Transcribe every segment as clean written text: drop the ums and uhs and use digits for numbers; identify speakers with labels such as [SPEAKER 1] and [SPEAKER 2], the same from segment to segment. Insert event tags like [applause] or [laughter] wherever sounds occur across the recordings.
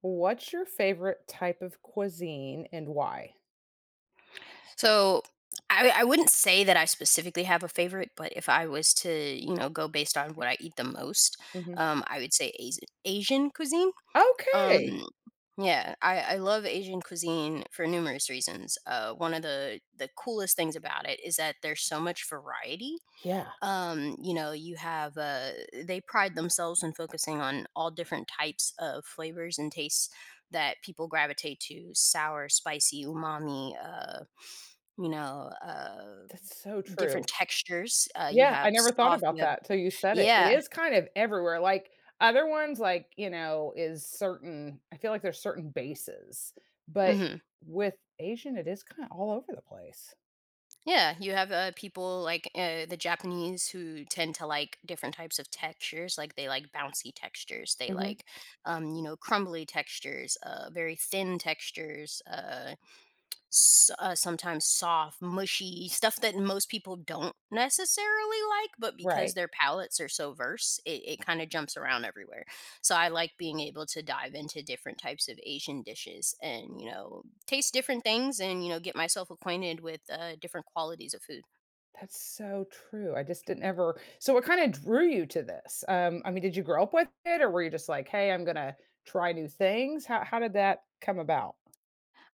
[SPEAKER 1] What's your favorite type of cuisine and why?
[SPEAKER 2] So I wouldn't say that I specifically have a favorite, but if I was to, you know, go based on what I eat the most,
[SPEAKER 1] Mhm.
[SPEAKER 2] I would say Asian cuisine. Um,
[SPEAKER 1] Okay.
[SPEAKER 2] yeah, I love Asian cuisine for numerous reasons. One of the coolest things about it is that there's so much variety.
[SPEAKER 1] Yeah,
[SPEAKER 2] You know, you have they pride themselves in focusing on all different types of flavors and tastes that people gravitate to: sour, spicy, umami, you know, uh,
[SPEAKER 1] that's so
[SPEAKER 2] different
[SPEAKER 1] true.
[SPEAKER 2] textures, you
[SPEAKER 1] Yeah, I
[SPEAKER 2] have
[SPEAKER 1] never thought
[SPEAKER 2] soft,
[SPEAKER 1] about
[SPEAKER 2] you have
[SPEAKER 1] that till you said it. It
[SPEAKER 2] yeah,
[SPEAKER 1] is kind of everywhere, like, other ones, like, you know, is certain I feel like there's certain bases, but
[SPEAKER 2] mhm,
[SPEAKER 1] with Asian, it is kinda all over the place.
[SPEAKER 2] yeah, you have, people like, the Japanese who tend to like different types of textures, like, they like bouncy textures, they
[SPEAKER 1] Mhm.
[SPEAKER 2] like, you know, crumbly textures, very thin textures, sometimes soft, mushy stuff that most people don't necessarily like, but because
[SPEAKER 1] Right.
[SPEAKER 2] their palettes are so verse, it kind of jumps around everywhere. So I like being able to dive into different types of Asian dishes and, you know, taste different things and, you know, get myself acquainted with different qualities of food.
[SPEAKER 1] That's so true. I just didn't ever. So what kinda drew you to this? I mean, did you grow up with it, or were you just like, "Hey, I'm gonna try new things?" How did that come about?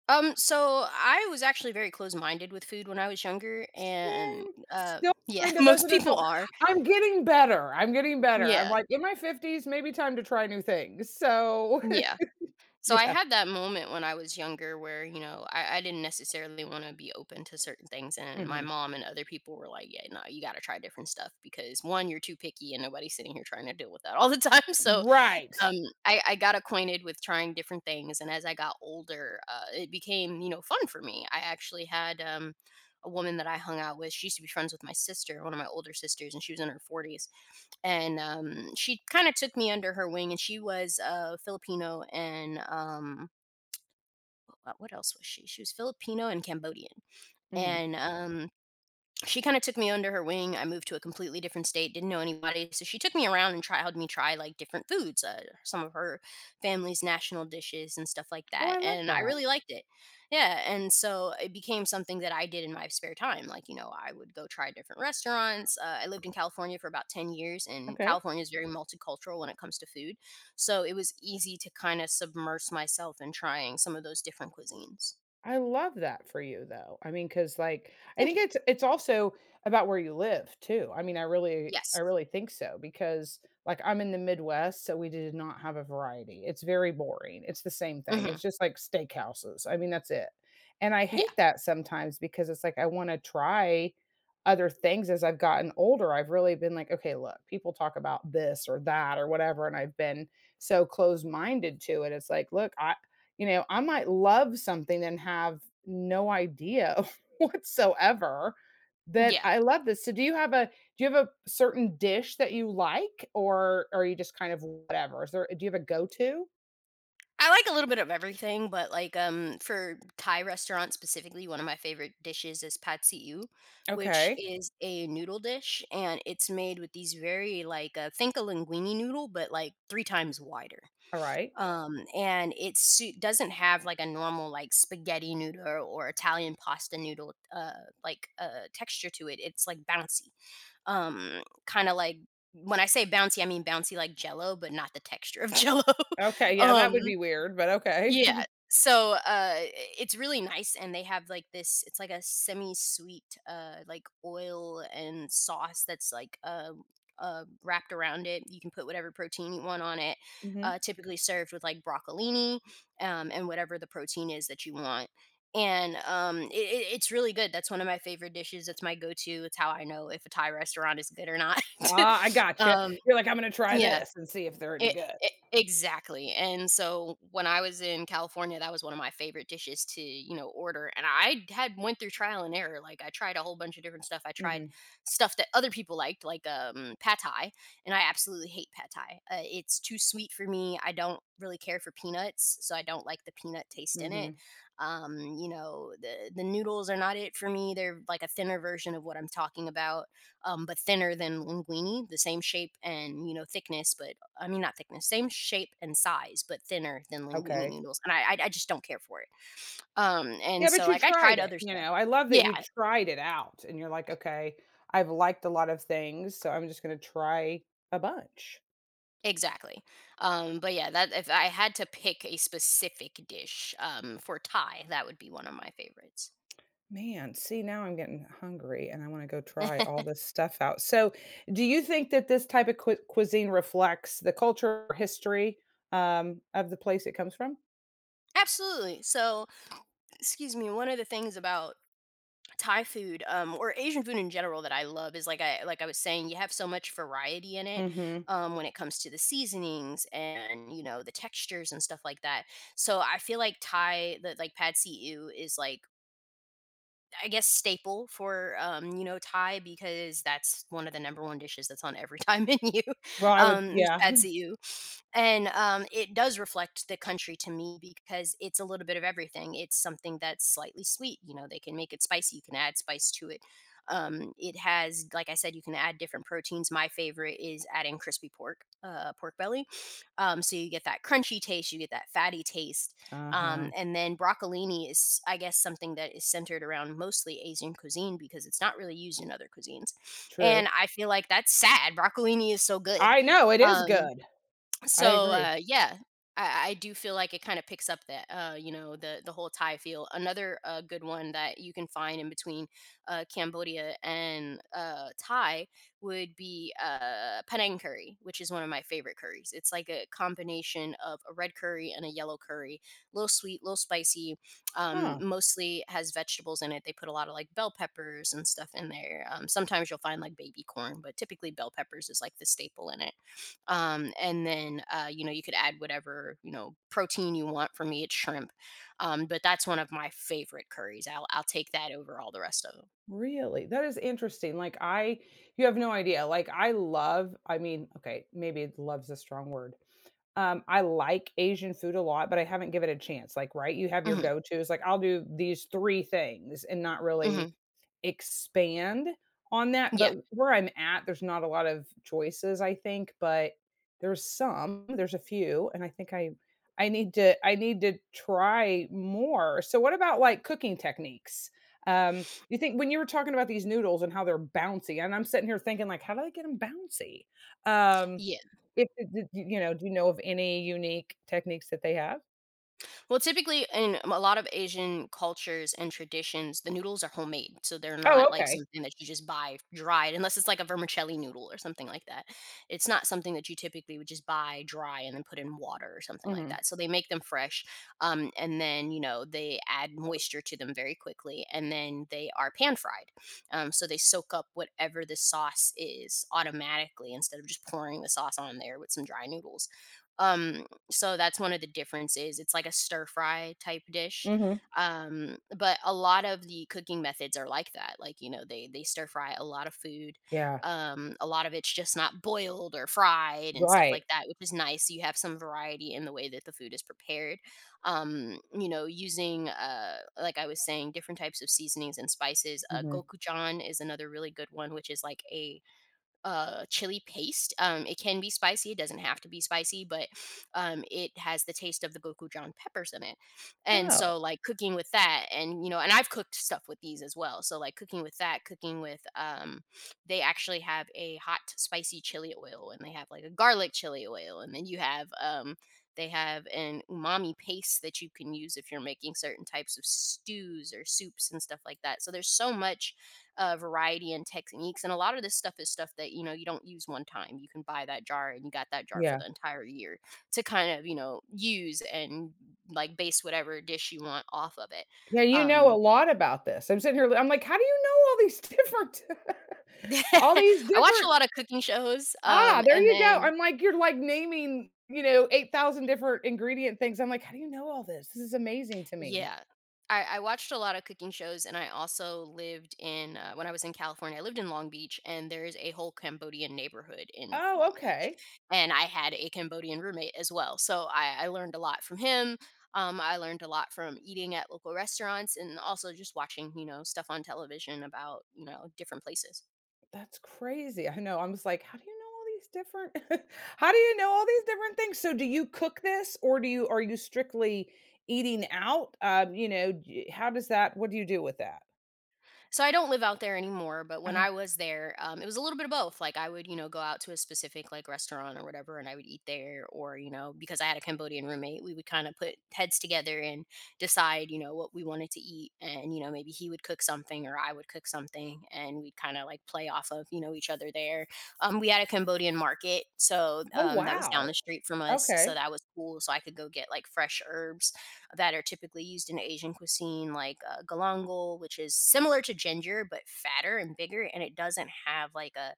[SPEAKER 2] So I was actually very close minded with food when I was younger, and
[SPEAKER 1] Same.
[SPEAKER 2] uh,
[SPEAKER 1] Still
[SPEAKER 2] yeah, [laughs]
[SPEAKER 1] kind of as
[SPEAKER 2] most
[SPEAKER 1] an
[SPEAKER 2] people
[SPEAKER 1] adult.
[SPEAKER 2] are.
[SPEAKER 1] I'm getting better, I'm getting better. I'm,
[SPEAKER 2] Yeah,
[SPEAKER 1] like, in my 50s, maybe time to try new things, so
[SPEAKER 2] yeah.
[SPEAKER 1] [laughs]
[SPEAKER 2] So I
[SPEAKER 1] Yeah.
[SPEAKER 2] had that moment when I was younger where, you know, I didn't necessarily want to be open to certain things. And my
[SPEAKER 1] Mhm.
[SPEAKER 2] mom and other people were like, yeah, no, you got to try different stuff because one, you're too picky and nobody's sitting here trying to deal with that all the time. [laughs] So
[SPEAKER 1] Right.
[SPEAKER 2] um, I got acquainted with trying different things, and as I got older, it became, you know, fun for me. I actually had, a woman that I hung out with, she used to be friends with my sister, one of my older sisters, and she was in her 40s, and, she kinda took me under her wing, and she was, Filipino and, W what else was she? She was Filipino and Cambodian,
[SPEAKER 1] Mhm.
[SPEAKER 2] and, she kind of took me under her wing. I moved to a completely different state, didn't know anybody. So she took me around and tried, helped me try like different foods, some of her family's national dishes and stuff like
[SPEAKER 1] Oh,
[SPEAKER 2] that.
[SPEAKER 1] I love
[SPEAKER 2] And I
[SPEAKER 1] that.
[SPEAKER 2] really liked it. Yeah. And so it became something that I did in my spare time. Like, you know, I would go try different restaurants. I lived in California for about 10 years, and
[SPEAKER 1] Okay.
[SPEAKER 2] California is very multicultural when it comes to food. So it was easy to kind of submerge myself in trying some of those different cuisines.
[SPEAKER 1] I love that for you though. I mean, because like I
[SPEAKER 2] Thank
[SPEAKER 1] think
[SPEAKER 2] you.
[SPEAKER 1] it's also about where you live too. I mean, I really I
[SPEAKER 2] Yes.
[SPEAKER 1] really think so because like I'm in the Midwest, so we did not have a variety. It's very boring. It's the same thing.
[SPEAKER 2] Hmm.
[SPEAKER 1] It's just like steakhouses. I mean, that's it. And I
[SPEAKER 2] Yeah.
[SPEAKER 1] hate that sometimes because it's like I want to try other things as I've gotten older. I've really been like, okay, look, people talk about this or that or whatever and I've been so closed-minded to it. It's like, look, I might love something and have no idea [laughs] whatsoever that
[SPEAKER 2] Yeah.
[SPEAKER 1] I love this. So do you have a certain dish that you like or are you just kind of whatever? Is there Do you have a go-to?
[SPEAKER 2] I like a little bit of everything, but like for Thai restaurants specifically, one of my favorite dishes is pad see ew, which
[SPEAKER 1] Okay.
[SPEAKER 2] is a noodle dish, and it's made with these very like think a linguine noodle, but like three times wider.
[SPEAKER 1] All right.
[SPEAKER 2] Doesn't have like a normal like spaghetti noodle or Italian pasta noodle texture to it. It's like bouncy, kind of like when I say bouncy, I mean bouncy like Jello, but not the texture of Jello.
[SPEAKER 1] Okay.
[SPEAKER 2] [laughs]
[SPEAKER 1] Yeah, that
[SPEAKER 2] um
[SPEAKER 1] would be weird, but okay.
[SPEAKER 2] yeah.
[SPEAKER 1] [laughs]
[SPEAKER 2] So, it's really nice, and they have, like, this it's like a semi-sweet, like, oil and sauce that's, like, wrapped around it. You can put whatever protein you want on it,
[SPEAKER 1] Mhm.
[SPEAKER 2] typically served with, like, broccolini, and whatever the protein is that you want. And, it's really good. That's one of my favorite dishes. It's my go-to. It's how I know if a Thai restaurant is good or not. [laughs]
[SPEAKER 1] Ah, I gotcha.
[SPEAKER 2] Um,
[SPEAKER 1] You're like, I'm gonna try
[SPEAKER 2] yeah.
[SPEAKER 1] this and see if they're
[SPEAKER 2] E
[SPEAKER 1] any good.
[SPEAKER 2] e exactly, and so when I was in California, that was one of my favorite dishes to, you know, order, and I had went through trial and error, like, I tried a whole bunch of different stuff. I tried
[SPEAKER 1] Mhm.
[SPEAKER 2] stuff that other people liked, like, pad thai, and I absolutely hate pad thai. It's too sweet for me. I don't really care for peanuts, so I don't like the peanut taste in it.
[SPEAKER 1] Mhm.
[SPEAKER 2] You know, the noodles are not it for me. They're like a thinner version of what I'm talking about but thinner than linguine, the same shape and you know thickness, but I mean not thickness, same shape and size, but thinner than linguine
[SPEAKER 1] Okay.
[SPEAKER 2] noodles, and I just don't care for it. And
[SPEAKER 1] Yeah,
[SPEAKER 2] so
[SPEAKER 1] but you
[SPEAKER 2] like I
[SPEAKER 1] tried
[SPEAKER 2] tried
[SPEAKER 1] it,
[SPEAKER 2] other
[SPEAKER 1] you
[SPEAKER 2] stuff.
[SPEAKER 1] know? I love that
[SPEAKER 2] Yeah,
[SPEAKER 1] you tried it out and you're like, "Okay, I've liked a lot of things, so I'm just gonna try a bunch."
[SPEAKER 2] exactly. But yeah, that if I had to pick a specific dish for Thai, that would be one of my favorites.
[SPEAKER 1] Man, see, now I'm getting hungry and I wanna go try all this stuff out. So, do you think that this type of cuisine reflects the culture or history, of the place it comes from?
[SPEAKER 2] Absolutely. So, excuse me. One of the things about Thai food, or Asian food in general that I love is like I was saying, you have so much variety in it
[SPEAKER 1] Mhm.
[SPEAKER 2] when it comes to the seasonings and you know the textures and stuff like that. So I feel like Thai, that like pad see ew is like I guess staple for you know Thai because that's one of the number one dishes that's on every Thai [laughs] menu.
[SPEAKER 1] Well, I would
[SPEAKER 2] Is
[SPEAKER 1] yeah.
[SPEAKER 2] pad
[SPEAKER 1] [laughs]
[SPEAKER 2] see ew. And it does reflect the country to me because it's a little bit of everything. It's something that's slightly sweet. You know, they can make it spicy. You can add spice to it. It has, like I said, you can add different proteins. My favorite is adding crispy pork, pork belly. So you get that crunchy taste, you get that fatty taste.
[SPEAKER 1] Uh-huh.
[SPEAKER 2] And then broccolini is, I guess, something that is centered around mostly Asian cuisine because it's not really used in other cuisines.
[SPEAKER 1] True.
[SPEAKER 2] And I feel like that's sad. Broccolini is so good.
[SPEAKER 1] I know, it is
[SPEAKER 2] Um,
[SPEAKER 1] good. I agree.
[SPEAKER 2] yeah, I do feel like it kind of picks up that, you know, the whole Thai feel. Another good one that you can find in between Cambodia and Thai would be Penang curry, which is one of my favorite curries. It's like a combination of a red curry and a yellow curry, little sweet, little spicy.
[SPEAKER 1] Huh.
[SPEAKER 2] Mostly has vegetables in it. They put a lot of like bell peppers and stuff in there. Sometimes you'll find like baby corn, but typically bell peppers is like the staple in it and then you know you could add whatever you know protein you want. For me, it's shrimp, but that's one of my favorite curries. I'll take that over all the rest of
[SPEAKER 1] Really? That is interesting. Like I You have no idea. Like I love, I mean, okay, maybe love's a strong word. I like Asian food a lot, but I haven't given it a chance, like, right? You have your
[SPEAKER 2] them.
[SPEAKER 1] go-tos, like, I'll do these three things and not
[SPEAKER 2] Hmm. Hmm.
[SPEAKER 1] really expand on that,
[SPEAKER 2] Yeah,
[SPEAKER 1] but where I'm at, there's not a lot of choices, I think, but there's some, there's a few, and I think I need to try more. So what about, like, cooking techniques? You think when you were talking about these noodles and how they're bouncy, and I'm sitting here thinking, like, "How do I get them bouncy?" Um
[SPEAKER 2] yeah.
[SPEAKER 1] if d d d you know, do you know of any unique techniques that they have?
[SPEAKER 2] Well, typically in a lot of Asian cultures and traditions, the noodles are homemade. So they're not
[SPEAKER 1] Oh,
[SPEAKER 2] like
[SPEAKER 1] okay.
[SPEAKER 2] something that you just buy dried, unless it's like a vermicelli noodle or something like that. It's not something that you typically would just buy dry and then put in water or something like
[SPEAKER 1] Mhm,
[SPEAKER 2] that. So they make them fresh. And then, you know, they add moisture to them very quickly. And then they are pan fried. So they soak up whatever the sauce is automatically instead of just pouring the sauce on there with some dry noodles. Um, so that's one of the differences. It's like a stir fry type dish.
[SPEAKER 1] mhm.
[SPEAKER 2] But a lot of the cooking methods are like that. Like, you know, they stir fry a lot of food.
[SPEAKER 1] Yeah,
[SPEAKER 2] A lot of it's just not boiled or fried and stuff
[SPEAKER 1] right.
[SPEAKER 2] like that, which is nice. You have some variety in the way that the food is prepared. You know, using like I was saying, different types of seasonings and spices.
[SPEAKER 1] Mhm.
[SPEAKER 2] Gochujang is another really good one, which is like a chili paste. It can be spicy, it doesn't have to be spicy, but it has the taste of the gochujang peppers in it. And
[SPEAKER 1] Oh,
[SPEAKER 2] so like cooking with that and you know, and I've cooked stuff with these as well. So like cooking with that, cooking with they actually have a hot spicy chili oil and they have like a garlic chili oil and then you have they have an umami paste that you can use if you're making certain types of stews or soups and stuff like that. So there's so much variety and techniques. And a lot of this stuff is stuff that, you know, you don't use one time. You can buy that jar and you got that jar for
[SPEAKER 1] yeah.
[SPEAKER 2] the entire year to kind of, you know, use and like base whatever dish you want off of it.
[SPEAKER 1] Yeah, you know a
[SPEAKER 2] Um,
[SPEAKER 1] lot about this. I'm sitting here I'm like, "How do you know all these [laughs] different [laughs]
[SPEAKER 2] [laughs]
[SPEAKER 1] all these
[SPEAKER 2] I watch a
[SPEAKER 1] different"
[SPEAKER 2] lot of cooking shows.
[SPEAKER 1] Ah, there
[SPEAKER 2] And
[SPEAKER 1] you go.
[SPEAKER 2] then
[SPEAKER 1] I'm like, you're, like, naming, 8,000 different ingredient things. I'm like, "How do you know all this? This is amazing to me."
[SPEAKER 2] yeah. I watched a lot of cooking shows, and I also lived in, when I was in California, I lived in Long Beach, and there is a whole Cambodian neighborhood in
[SPEAKER 1] Oh,
[SPEAKER 2] Long Beach.
[SPEAKER 1] okay.
[SPEAKER 2] And I had a Cambodian roommate as well. So I learned a lot from him. I learned a lot from eating at local restaurants and also just watching, you know, stuff on television about, you know, different places.
[SPEAKER 1] That's crazy. I know. I'm just like, how do you know all these different [laughs] how do you know all these different things? So do you cook this or do you are you strictly eating out? You know, d- how does that what do you do with that?
[SPEAKER 2] So I don't live out there anymore, but when
[SPEAKER 1] Uh-huh.
[SPEAKER 2] I was there, it was a little bit of both. Like I would, you know, go out to a specific like restaurant or whatever, and I would eat there, or you know, because I had a Cambodian roommate, we would kind of put heads together and decide, you know, what we wanted to eat, and you know, maybe he would cook something or I would cook something, and we'd kind of like play off of each other there. We had a Cambodian market, so
[SPEAKER 1] Oh,
[SPEAKER 2] that was down
[SPEAKER 1] wow.
[SPEAKER 2] the street from us, so
[SPEAKER 1] Okay.
[SPEAKER 2] that was cool. So I could go get like fresh herbs that are typically used in Asian cuisine, like galangal, which is similar to ginger but fatter and bigger, and it doesn't have like a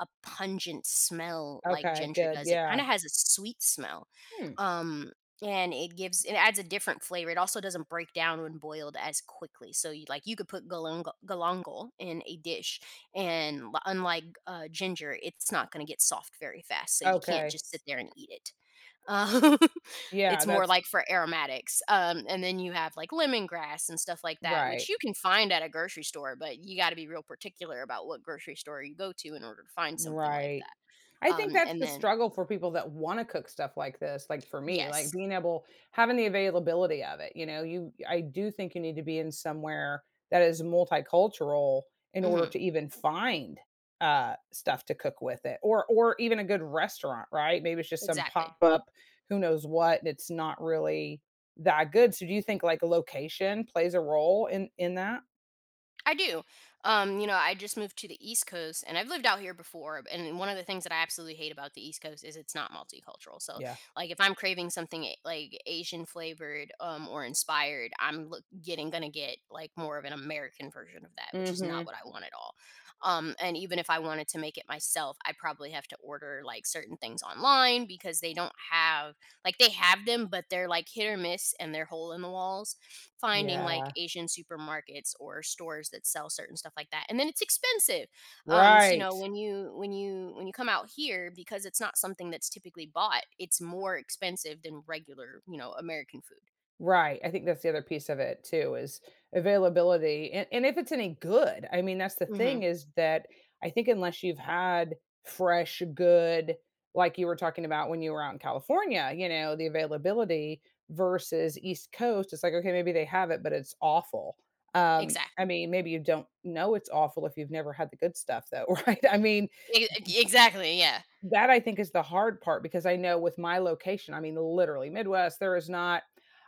[SPEAKER 2] a pungent smell like
[SPEAKER 1] Okay,
[SPEAKER 2] ginger
[SPEAKER 1] good.
[SPEAKER 2] does. It kind
[SPEAKER 1] Yeah.
[SPEAKER 2] of has a sweet smell,
[SPEAKER 1] Hmm.
[SPEAKER 2] um, and it adds a different flavor. It also doesn't break down when boiled as quickly. So you could put galangal in a dish, and unlike ginger, it's not going to get soft very fast. So you can't
[SPEAKER 1] Okay.
[SPEAKER 2] just sit there and eat it. Um, [laughs]
[SPEAKER 1] Yeah,
[SPEAKER 2] it's more
[SPEAKER 1] that's
[SPEAKER 2] like for aromatics, and then you have, like, lemongrass and stuff like that, which
[SPEAKER 1] right.
[SPEAKER 2] you can find at a grocery store, but you gotta be real particular about what grocery store you go to in order to find something like
[SPEAKER 1] Right.
[SPEAKER 2] that,
[SPEAKER 1] I think that's
[SPEAKER 2] and
[SPEAKER 1] the
[SPEAKER 2] then
[SPEAKER 1] struggle for people that wanna cook stuff like this, like for me, like
[SPEAKER 2] Yes.
[SPEAKER 1] being able having the availability of it, you know, you I do think you need to be in somewhere that is multicultural in order
[SPEAKER 2] Mhm.
[SPEAKER 1] to even find, stuff to cook with it or even a good restaurant, right? Maybe it's just some
[SPEAKER 2] Exactly.
[SPEAKER 1] pop-up, who knows what, and it's not really that good. So do you think, like, location plays a role in that?
[SPEAKER 2] I do. You know, I just moved to the East Coast and I've lived out here before. And one of the things that I absolutely hate about the East Coast is it's not multicultural. So,
[SPEAKER 1] Yeah.
[SPEAKER 2] like, if I'm craving something like Asian flavored or inspired, I'm look, getting going to get like more of an American version of that, which is not
[SPEAKER 1] Mhm.
[SPEAKER 2] what I want at all. And even if I wanted to make it myself, I probably have to order like certain things online because they don't have, like, they have them, but they're like hit or miss and they're hole in the walls finding like
[SPEAKER 1] Yeah.
[SPEAKER 2] Asian supermarkets or stores that sell certain stuff like that. And then it's expensive. So you
[SPEAKER 1] Right.
[SPEAKER 2] know, when you come out here, because it's not something that's typically bought, it's more expensive than regular, you know, American food.
[SPEAKER 1] Right. I think that's the other piece of it too is availability. And if it's any good. I mean, that's the
[SPEAKER 2] Hmm.
[SPEAKER 1] thing is that I think unless you've had fresh, good, like you were talking about when you were out in California, the availability versus East Coast, it's like, okay, maybe they have it, but it's awful. I
[SPEAKER 2] Exactly.
[SPEAKER 1] mean, maybe you don't know it's awful if you've never had the good stuff though, [laughs] right? I mean,
[SPEAKER 2] Exactly. Yeah.
[SPEAKER 1] that I think is the hard part because I know with my location, I mean, literally Midwest, there is not.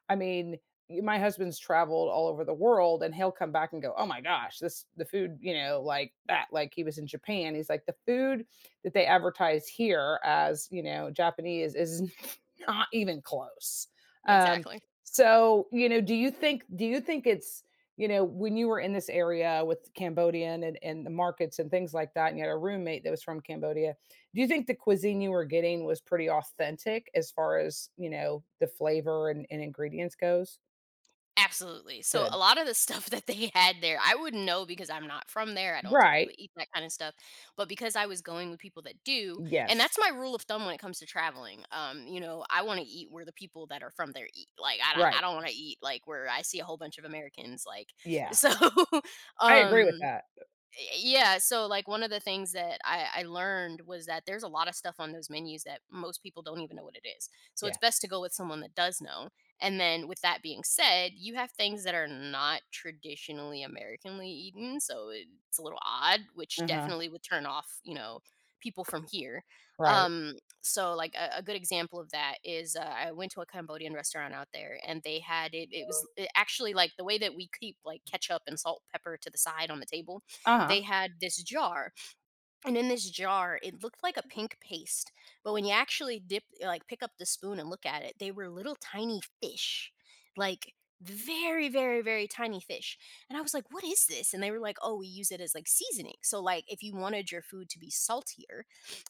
[SPEAKER 1] I mean, y my husband's traveled all over the world, and he'll come back and go, "Oh my gosh, this the food, you know, like that." Like, he was in Japan, he's like, "The food that they advertise here as, you know, Japanese is [laughs] not even close." Um,
[SPEAKER 2] Exactly.
[SPEAKER 1] so, do you think when you were in this area with Cambodian and the markets and things like that, and you had a roommate that was from Cambodia, do you think the cuisine you were getting was pretty authentic as far as the flavor and ingredients goes.
[SPEAKER 2] Absolutely. So a
[SPEAKER 1] Good.
[SPEAKER 2] lot of the stuff [laughs] that they had there, I wouldn't know because I'm not from there. I don't
[SPEAKER 1] Right.
[SPEAKER 2] typically eat that kind of stuff. But because I was going with people that do, and that's
[SPEAKER 1] Yes.
[SPEAKER 2] my rule of thumb when it comes to traveling. You know, I want to eat where the people that are from there eat. Like I
[SPEAKER 1] Right.
[SPEAKER 2] don't want to eat like where I see a whole bunch of Americans like [laughs]
[SPEAKER 1] Yeah,
[SPEAKER 2] so [laughs]
[SPEAKER 1] I agree with
[SPEAKER 2] um
[SPEAKER 1] that.
[SPEAKER 2] Eh, yeah, so like one of the things that I learned was that there's a lot of stuff on those menus that most people don't even know what it is, so it's
[SPEAKER 1] Yeah.
[SPEAKER 2] best to go with someone that does know. And then with that being said, you have things that are not traditionally americanly eaten, so it's a little odd, which
[SPEAKER 1] Uh-huh.
[SPEAKER 2] definitely would turn off, you know, people from here.
[SPEAKER 1] Right.
[SPEAKER 2] um so like a good example of that is I went to a Cambodian restaurant out there and they had it it was, it actually like the way that we keep like ketchup and salt pepper to the side on the table, they
[SPEAKER 1] Uh-huh.
[SPEAKER 2] had this jar, and in this jar it looked like a pink paste, but when you actually dip like pick up the spoon and look at it, they were little tiny fish, like very tiny fish. And I was like, "What is this?" And they were like, "Oh, we use it as like seasoning." So like if you wanted your food to be saltier,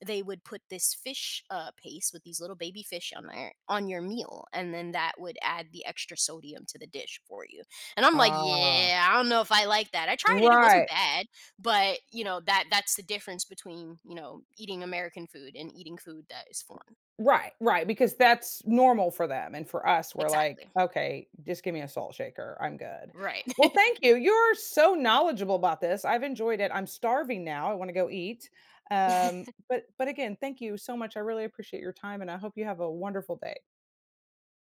[SPEAKER 2] they would put this fish paste with these little baby fish on there on your meal, and then that would add the extra sodium to the dish for you. And I'm like,
[SPEAKER 1] Ah,
[SPEAKER 2] "Yeah, I don't know if I like that." I tried it, it wasn't
[SPEAKER 1] right.
[SPEAKER 2] bad, but, you know, that's the difference between, you know, eating American food and eating food that is foreign.
[SPEAKER 1] Right, right, because that's normal for them, and for us, we're
[SPEAKER 2] Exactly.
[SPEAKER 1] like, "Okay, just give me a salt shaker, I'm good."
[SPEAKER 2] Right.
[SPEAKER 1] Well, thank you, you're so knowledgeable about this, I've enjoyed it, I'm starving now, I wanna go eat, um,
[SPEAKER 2] [laughs]
[SPEAKER 1] but but again, thank you so much, I really appreciate your time, and I hope you have a wonderful day.